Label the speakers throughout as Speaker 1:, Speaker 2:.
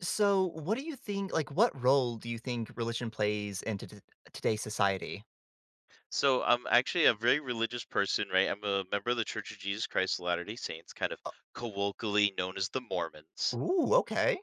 Speaker 1: So, what do you think? Like, what role do you think religion plays in today's society?
Speaker 2: So I'm actually a very religious person, right? I'm a member of the Church of Jesus Christ of Latter-day Saints, kind of colloquially known as the Mormons.
Speaker 1: Ooh, okay.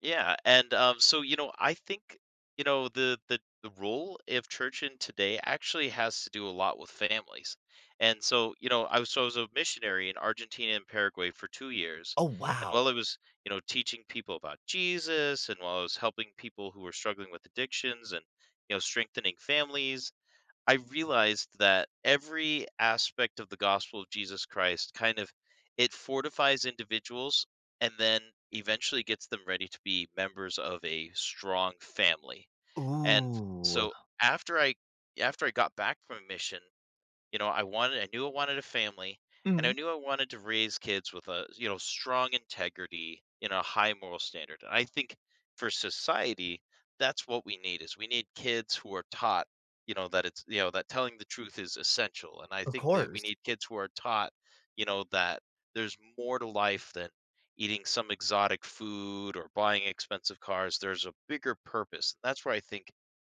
Speaker 2: Yeah, and I think the role of church in today actually has to do a lot with families. And so you know, I was so I was a missionary in Argentina and Paraguay for 2 years,
Speaker 1: Oh,
Speaker 2: and
Speaker 1: wow.
Speaker 2: while I was teaching people about Jesus, and while I was helping people who were struggling with addictions and strengthening families. I realized that every aspect of the gospel of Jesus Christ kind of it fortifies individuals and then eventually gets them ready to be members of a strong family. And
Speaker 1: Ooh.
Speaker 2: so after I after I got back from a mission, you know, I knew I wanted a family, and I
Speaker 1: Mhm.
Speaker 2: knew I wanted to raise kids with a, strong integrity and a high moral standard. And I think for society, that's what we need is we need kids who are taught, you know, that it's, you know, that telling the truth is essential. And I
Speaker 1: Of
Speaker 2: think that we
Speaker 1: course.
Speaker 2: need kids who are taught, that there's more to life than eating some exotic food or buying expensive cars. There's a bigger purpose. And that's where I think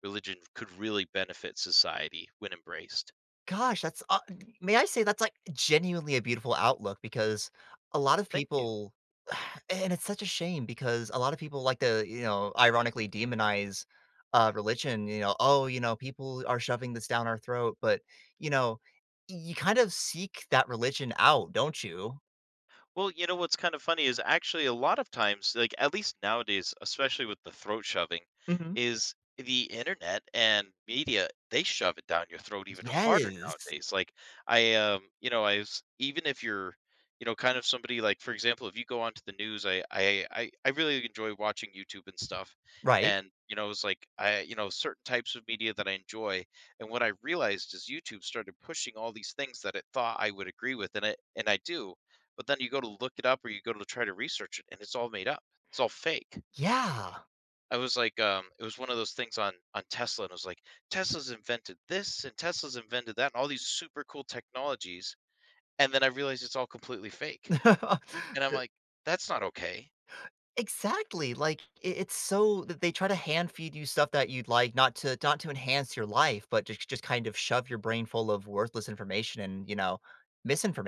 Speaker 2: religion could really benefit society when embraced.
Speaker 1: Gosh, that's may I say that's like genuinely a beautiful outlook because a lot of
Speaker 2: Thank you.
Speaker 1: people, and it's such a shame because a lot of people like to, you know, ironically demonize religion. You know, oh, you know, people are shoving this down our throat, but you know, you kind of seek that religion out, don't you?
Speaker 2: Well, you know what's kind of funny is actually a lot of times, like at least nowadays, especially with the throat shoving, is the internet and media, they shove it down your throat even harder
Speaker 1: Yes.
Speaker 2: nowadays. Like I you know, I was even if you're, kind of somebody, like for example, if you go onto the news, I really enjoy watching YouTube and stuff.
Speaker 1: Right?
Speaker 2: And it's like certain types of media that I enjoy. And what I realized is YouTube started pushing all these things that it thought I would agree with, and it and I do, but then you go to look it up or you go to try to research it, and it's all made up. It's all fake.
Speaker 1: Yeah.
Speaker 2: I was like, it was one of those things on Tesla, and it was like Tesla's invented this and Tesla's invented that, and all these super cool technologies. And then I realized it's all completely fake, and I'm like, that's not okay.
Speaker 1: Exactly, like, it's so that they try to hand feed you stuff that you'd like, not to enhance your life, but just kind of shove your brain full of worthless information and, you know,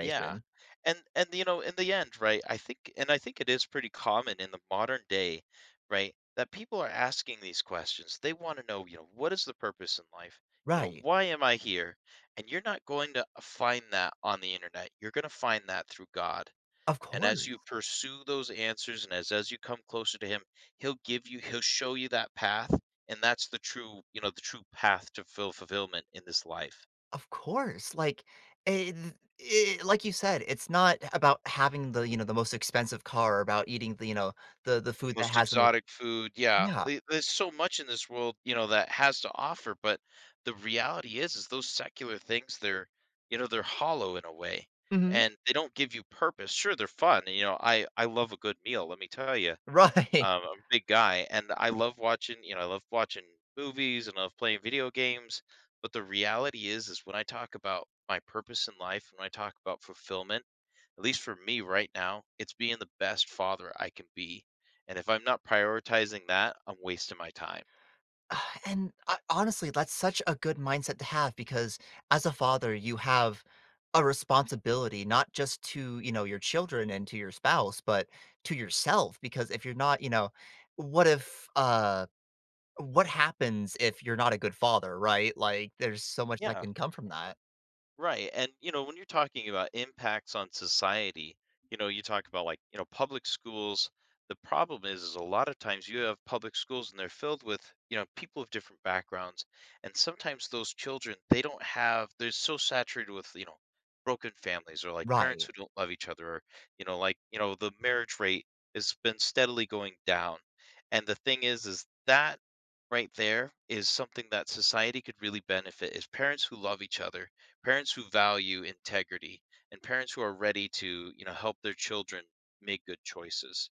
Speaker 2: Yeah. And in the end, right, I think it is pretty common in the modern day, right, that people are asking these questions. They want to know, what is the purpose in life?
Speaker 1: Right.
Speaker 2: Why am I here? And you're not going to find that on the internet. You're going to find that through God.
Speaker 1: Of
Speaker 2: And
Speaker 1: course.
Speaker 2: as you pursue those answers and as you come closer to him, he'll show you that path, and that's the true, the true path to full fulfillment in this life.
Speaker 1: Of course, like, eh, th like you said, it's not about having the, you know, the most expensive car, or about eating the, you know, the food that
Speaker 2: Most
Speaker 1: has the most.
Speaker 2: exotic food, yeah.
Speaker 1: Yeah.
Speaker 2: There's so much in this world, that has to offer, but the reality is those secular things, they're, they're hollow in a way,
Speaker 1: Mhm.
Speaker 2: and they don't give you purpose. Sure, they're fun, and, I love a good meal, let me tell you.
Speaker 1: Right.
Speaker 2: I'm a big guy, and I love watching, you know, I love watching movies, and I love playing video games. But the reality is when I talk about my purpose in life, when I talk about fulfillment, at least for me right now, it's being the best father I can be. And if I'm not prioritizing that, I'm wasting my time.
Speaker 1: Ah, and honestly, that's such a good mindset to have because as a father, you have a responsibility not just to, you know, your children and to your spouse, but to yourself because if you're not, you know, what if, uh what happens if you're not a good father, right? Like, there's so much that
Speaker 2: Yeah.
Speaker 1: can come from that.
Speaker 2: Right. And, when you're talking about impacts on society, you talk about, like, public schools. The problem is a lot of times you have public schools and they're filled with, people of different backgrounds. And sometimes those children, they don't have, they're so saturated with, broken families, or like parents
Speaker 1: Right.
Speaker 2: who don't love each other, or, the marriage rate has been steadily going down. And the thing is that right there is something that society could really benefit is parents who love each other, parents who value integrity, and parents who are ready to, help their children make good choices.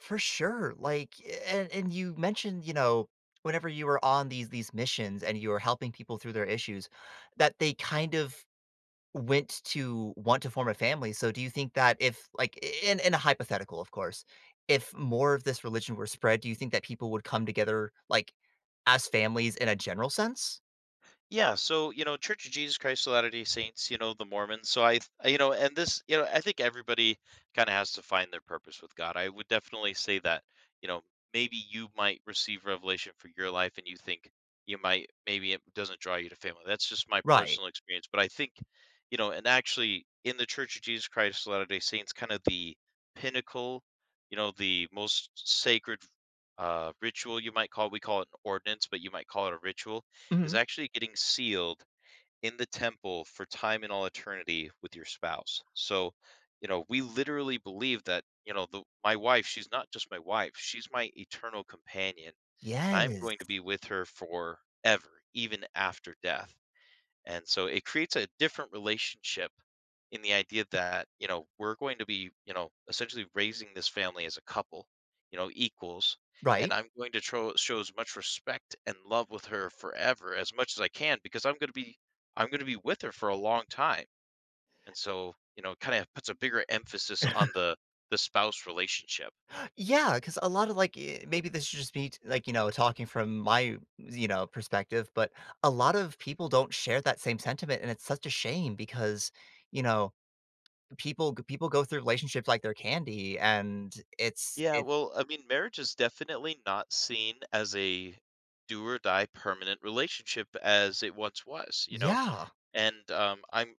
Speaker 1: For sure. Like, and you mentioned, you know, whenever you were on these missions and you were helping people through their issues, that they kind of went to want to form a family, so do you think that if, like in a hypothetical, of course, if more of this religion were spread, do you think that people would come together, like, as families in a general sense?
Speaker 2: Yeah, so Church of Jesus Christ of Latter-day Saints, the Mormons. You know, and this, you know, I think everybody kind of has to find their purpose with God. I would definitely say that, you know, maybe you might receive revelation for your life, and you think you might, maybe it doesn't draw you to family. That's just my
Speaker 1: Right.
Speaker 2: personal experience, but I think, and actually in the Church of Jesus Christ of Latter-day Saints, kind of the pinnacle, the most sacred ritual, you might call, we call it an ordinance, but you might call it a ritual, is
Speaker 1: Mhm.
Speaker 2: actually getting sealed in the temple for time in all eternity with your spouse. So, we literally believe that, my wife, she's not just my wife, she's my eternal companion, and I'm
Speaker 1: Yes.
Speaker 2: going to be with her forever, even after death. And so it creates a different relationship in the idea that, we're going to be, essentially raising this family as a couple, equals.
Speaker 1: Right.
Speaker 2: And I'm going to show as much respect and love with her forever as much as I can, because I'm going to be with her for a long time. And so, kind of puts a bigger emphasis on the spouse relationship.
Speaker 1: Yeah. Because a lot of, like, maybe this is just me, like, you know, talking from my, you know, perspective, but a lot of people don't share that same sentiment, and it's such a shame because, you know, people go through relationships like they're candy, and it's
Speaker 2: Yeah,
Speaker 1: it
Speaker 2: well, I mean, marriage is definitely not seen as a do or die permanent relationship as it once was. You know,
Speaker 1: Yeah.
Speaker 2: and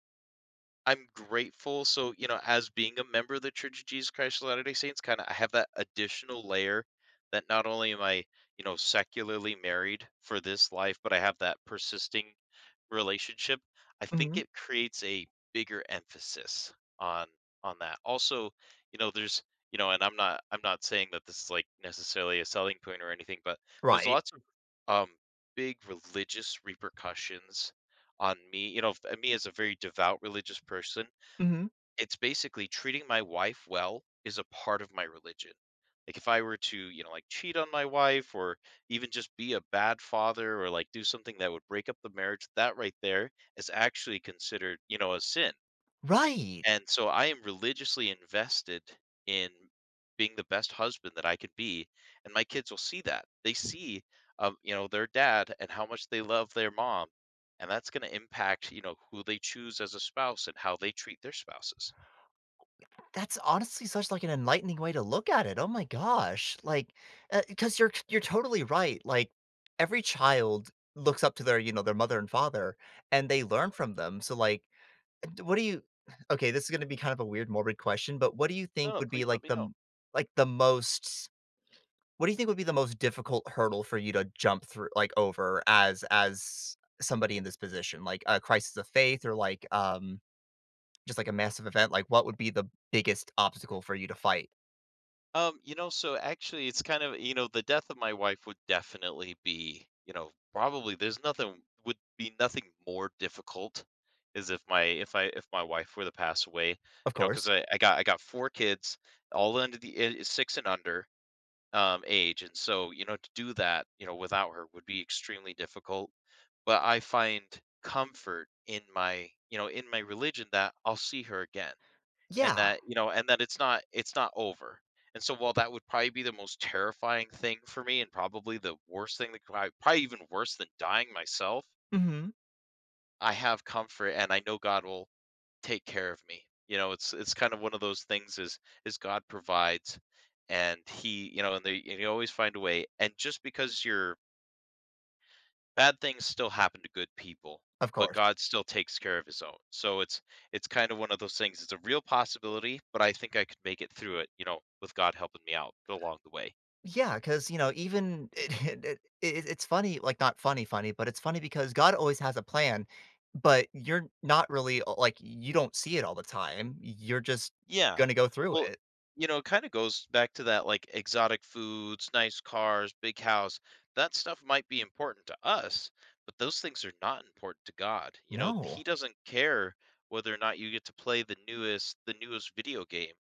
Speaker 2: I'm grateful. So as being a member of the Church of Jesus Christ of Latter Day Saints, kind of I have that additional layer that not only am I secularly married for this life, but I have that persisting relationship. I think
Speaker 1: Mhm.
Speaker 2: it creates a bigger emphasis on that. Also, you know, there's and I'm not saying that this is like necessarily a selling point or anything, but there's
Speaker 1: Right.
Speaker 2: lots of um big religious repercussions on me. Me as a very devout religious person,
Speaker 1: Mhm.
Speaker 2: it's basically treating my wife well is a part of my religion. Like if I were to, like cheat on my wife, or even just be a bad father, or like do something that would break up the marriage, that right there is actually considered, a sin.
Speaker 1: Right!
Speaker 2: And so I am religiously invested in being the best husband that I could be, and my kids will see that. They see, their dad and how much they love their mom, and that's going to impact, who they choose as a spouse and how they treat their spouses.
Speaker 1: That's honestly such, like, an enlightening way to look at it, oh my gosh, like, because you're totally right, like, every child looks up to their, you know, their mother and father, and they learn from them, so, like, d what do you okay, this is gonna be kind of a weird, morbid question, but what do you
Speaker 2: No,
Speaker 1: think
Speaker 2: no,
Speaker 1: would be,
Speaker 2: please
Speaker 1: like,
Speaker 2: let me
Speaker 1: the
Speaker 2: know.
Speaker 1: m like, the most, what do you think would be the most difficult hurdle for you to jump through like, over as somebody in this position? Like, a crisis of faith or, like, just like a massive event, like, what would be the biggest obstacle for you to fight?
Speaker 2: So actually it's kind of, the death of my wife would definitely be, you know, probably there's nothing would be nothing more difficult is if my if I if my wife were to pass away,
Speaker 1: Of
Speaker 2: because
Speaker 1: course.
Speaker 2: I got 4 kids, all under the six and under age. And so, to do that, without her would be extremely difficult. But I find comfort in my, in my religion, that I'll see her again, and
Speaker 1: Yeah.
Speaker 2: that and that it's not over. And so while that would probably be the most terrifying thing for me, and probably the worst thing that could probably even worse than dying myself,
Speaker 1: Mhm.
Speaker 2: I have comfort, and I know God will take care of me. It's kind of one of those things is God provides, and he you know and they and you always find a way. And just because you're bad things still happen to good people,
Speaker 1: Of
Speaker 2: but
Speaker 1: course.
Speaker 2: God still takes care of his own. So it's kind of one of those things. It's a real possibility, but I think I could make it through it, with God helping me out along the way.
Speaker 1: Yeah. Because you know, even it's funny, like, not funny funny, but it's funny because God always has a plan, but you're not really, like, you don't see it all the time. You're just
Speaker 2: Yeah.
Speaker 1: gonna go through
Speaker 2: Well,
Speaker 1: it.
Speaker 2: it kinda goes back to that, like, exotic foods, nice cars, big house. That stuff might be important to us, but those things are not important to God. You know, he
Speaker 1: No.
Speaker 2: doesn't care whether or not you get to play the newest video game,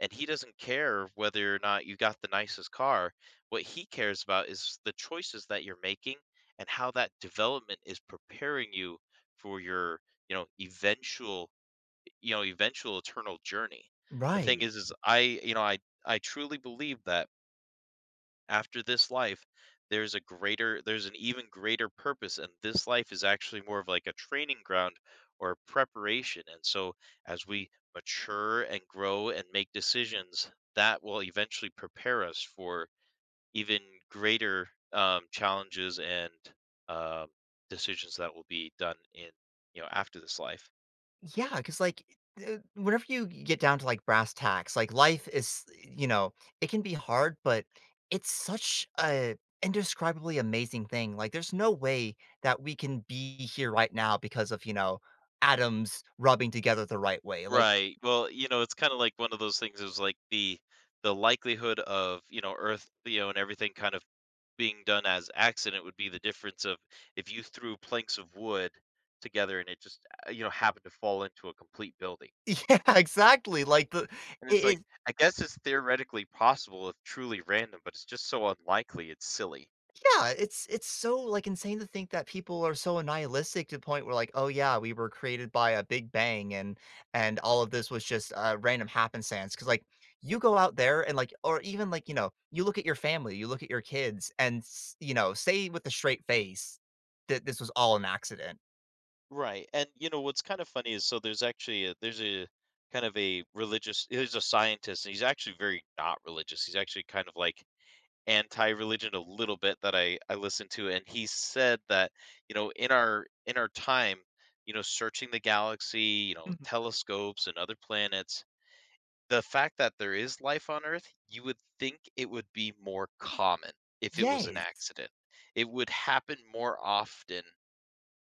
Speaker 2: and he doesn't care whether or not you got the nicest car. What he cares about is the choices that you're making and how that development is preparing you for your, you know, eventual eventual eternal journey. The thing
Speaker 1: Right.
Speaker 2: is I, you know, I truly believe that after this life there's an even greater purpose, and this life is actually more of like a training ground or a preparation. And so as we mature and grow and make decisions, that will eventually prepare us for even greater challenges and um, decisions that will be done in, you know, after this life.
Speaker 1: Yeah, because like whenever you get down to like brass tacks, like life is, you know, it can be hard, but it's such a indescribably amazing thing. Like there's no way that we can be here right now because of, you know, atoms rubbing together the right way. Like
Speaker 2: Right. Well, you know, it's kind of like one of those things is like the likelihood of, you know, Earth, you know, and everything kind of being done as accident would be the difference of if you threw planks of wood together and it just, you know, happened to fall into a complete building.
Speaker 1: yeah, exactly. Like
Speaker 2: And it's like,
Speaker 1: it,
Speaker 2: I guess it's theoretically possible if truly random, but it's just so unlikely. It's silly.
Speaker 1: yeah, it's so, like, insane to think that people are so nihilistic to the point where, like, "Oh, yeah, we were created by a big bang, and all of this was just, random happenstance." Because like, you go out there and, like, or even, like, you know, you look at your family, you look at your kids, and s you know, say with a straight face that this was all an accident.
Speaker 2: Right. And you know what's kind of funny is so there's a kind of a religious there's a scientist and he's actually very not religious. He's actually kind of like anti-religion a little bit that I listened to, and he said that, you know, in our time, you know, searching the galaxy, you know,
Speaker 1: Mhm.
Speaker 2: telescopes and other planets, the fact that there is life on Earth, you would think it would be more common if it was an
Speaker 1: Yes.
Speaker 2: accident. It would happen more often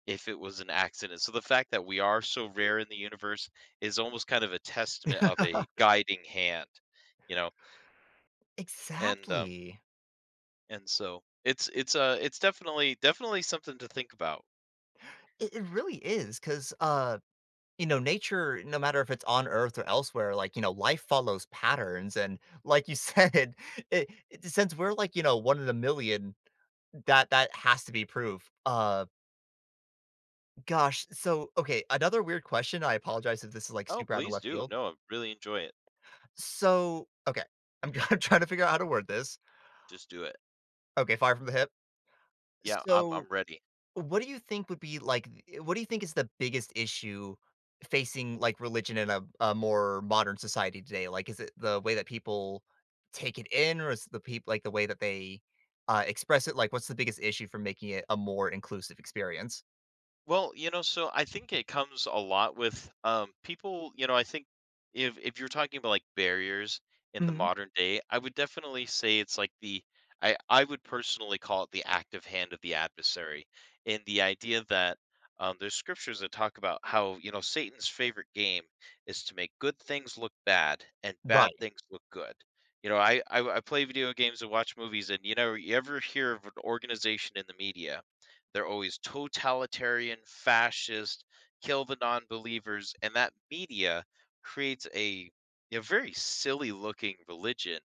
Speaker 2: if it was an accident. So the fact that we are so rare in the universe is almost kind of a testament of a guiding hand, you know. And um
Speaker 1: Exactly.
Speaker 2: And so it's it's definitely something to think about.
Speaker 1: It really is because, you know, nature, no matter if it's on Earth or elsewhere, like, you know, life follows patterns. And like you said, since we're like, you know, one in a million, that that has to be proof. Gosh. So okay, another weird question. I apologize if this is like
Speaker 2: Oh,
Speaker 1: super out of
Speaker 2: please
Speaker 1: left
Speaker 2: do.
Speaker 1: field.
Speaker 2: No, I really enjoy it.
Speaker 1: So okay. I'm, I'm trying to figure out how to word this.
Speaker 2: Just do it.
Speaker 1: Okay, fire from the hip.
Speaker 2: Yeah, I'm
Speaker 1: So,
Speaker 2: I'm ready.
Speaker 1: what do you think would be like what do you think is the biggest issue facing like religion in a more modern society today? Like is it the way that people take it in or is it the people like the way that they express it? Like what's the biggest issue for making it a more inclusive experience?
Speaker 2: Well, you know, so I think it comes a lot with people. You know, I think if you're talking about like barriers in the
Speaker 1: Hmm.
Speaker 2: modern day, I would definitely say it's like the I would personally call it the active hand of the adversary, in the idea that there's scriptures that talk about how, you know, Satan's favorite game is to make good things look bad and bad
Speaker 1: Right.
Speaker 2: things look good. You know, I play video games and watch movies, and you know, you ever hear of an organization in the media, they're always totalitarian, fascist, kill the non-believers, and that media creates a very silly looking religion.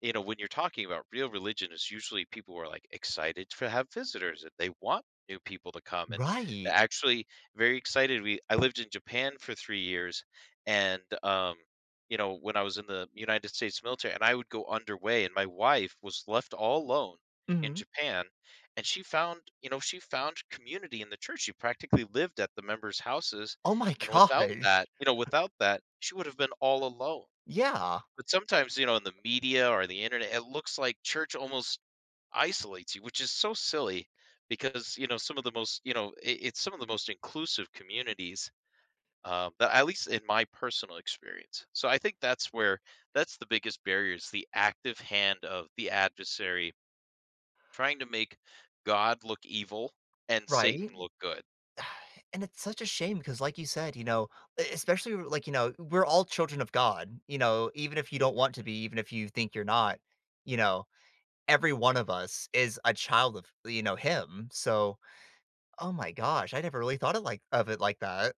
Speaker 2: You know, when you're talking about real religion, it's usually people who are like excited to have visitors and they want new people to come. And they're
Speaker 1: Right.
Speaker 2: actually very excited. We I lived in Japan for 3 years, and you know, when I was in the United States military and I would go underway and my wife was left all alone in
Speaker 1: Hmm.
Speaker 2: Japan, and she found, you know, she found community in the church. She practically lived at the members' houses.
Speaker 1: Oh my
Speaker 2: And
Speaker 1: gosh.
Speaker 2: without that, you know, without that, she would have been all alone.
Speaker 1: Yeah.
Speaker 2: But sometimes, you know, in the media or the internet, it looks like church almost isolates you, which is so silly because, you know, some of the most, you know, it's some of the most inclusive communities, that at least in my personal experience. So I think that's where that's the biggest barrier is the active hand of the adversary trying to make God look evil and
Speaker 1: Right.
Speaker 2: Satan look good.
Speaker 1: and it's such a shame because like you said, you know, especially like you know, we're all children of God, you know, even if you don't want to be, even if you think you're not, you know, every one of us is a child of, you know, him. So oh my gosh, I never really thought of it like that.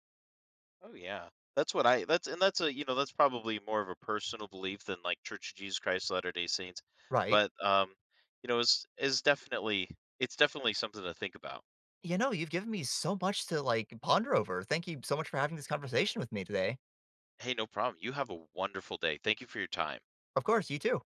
Speaker 2: Oh yeah. That's what I that's and that's a, you know, that's probably more of a personal belief than like Church of Jesus Christ of Latter-day Saints.
Speaker 1: Right.
Speaker 2: But you know, is definitely, it's definitely something to think about.
Speaker 1: You know, you've given me so much to like ponder over. Thank you so much for having this conversation with me today.
Speaker 2: Hey, no problem. You have a wonderful day. Thank you for your time.
Speaker 1: Of course, you too.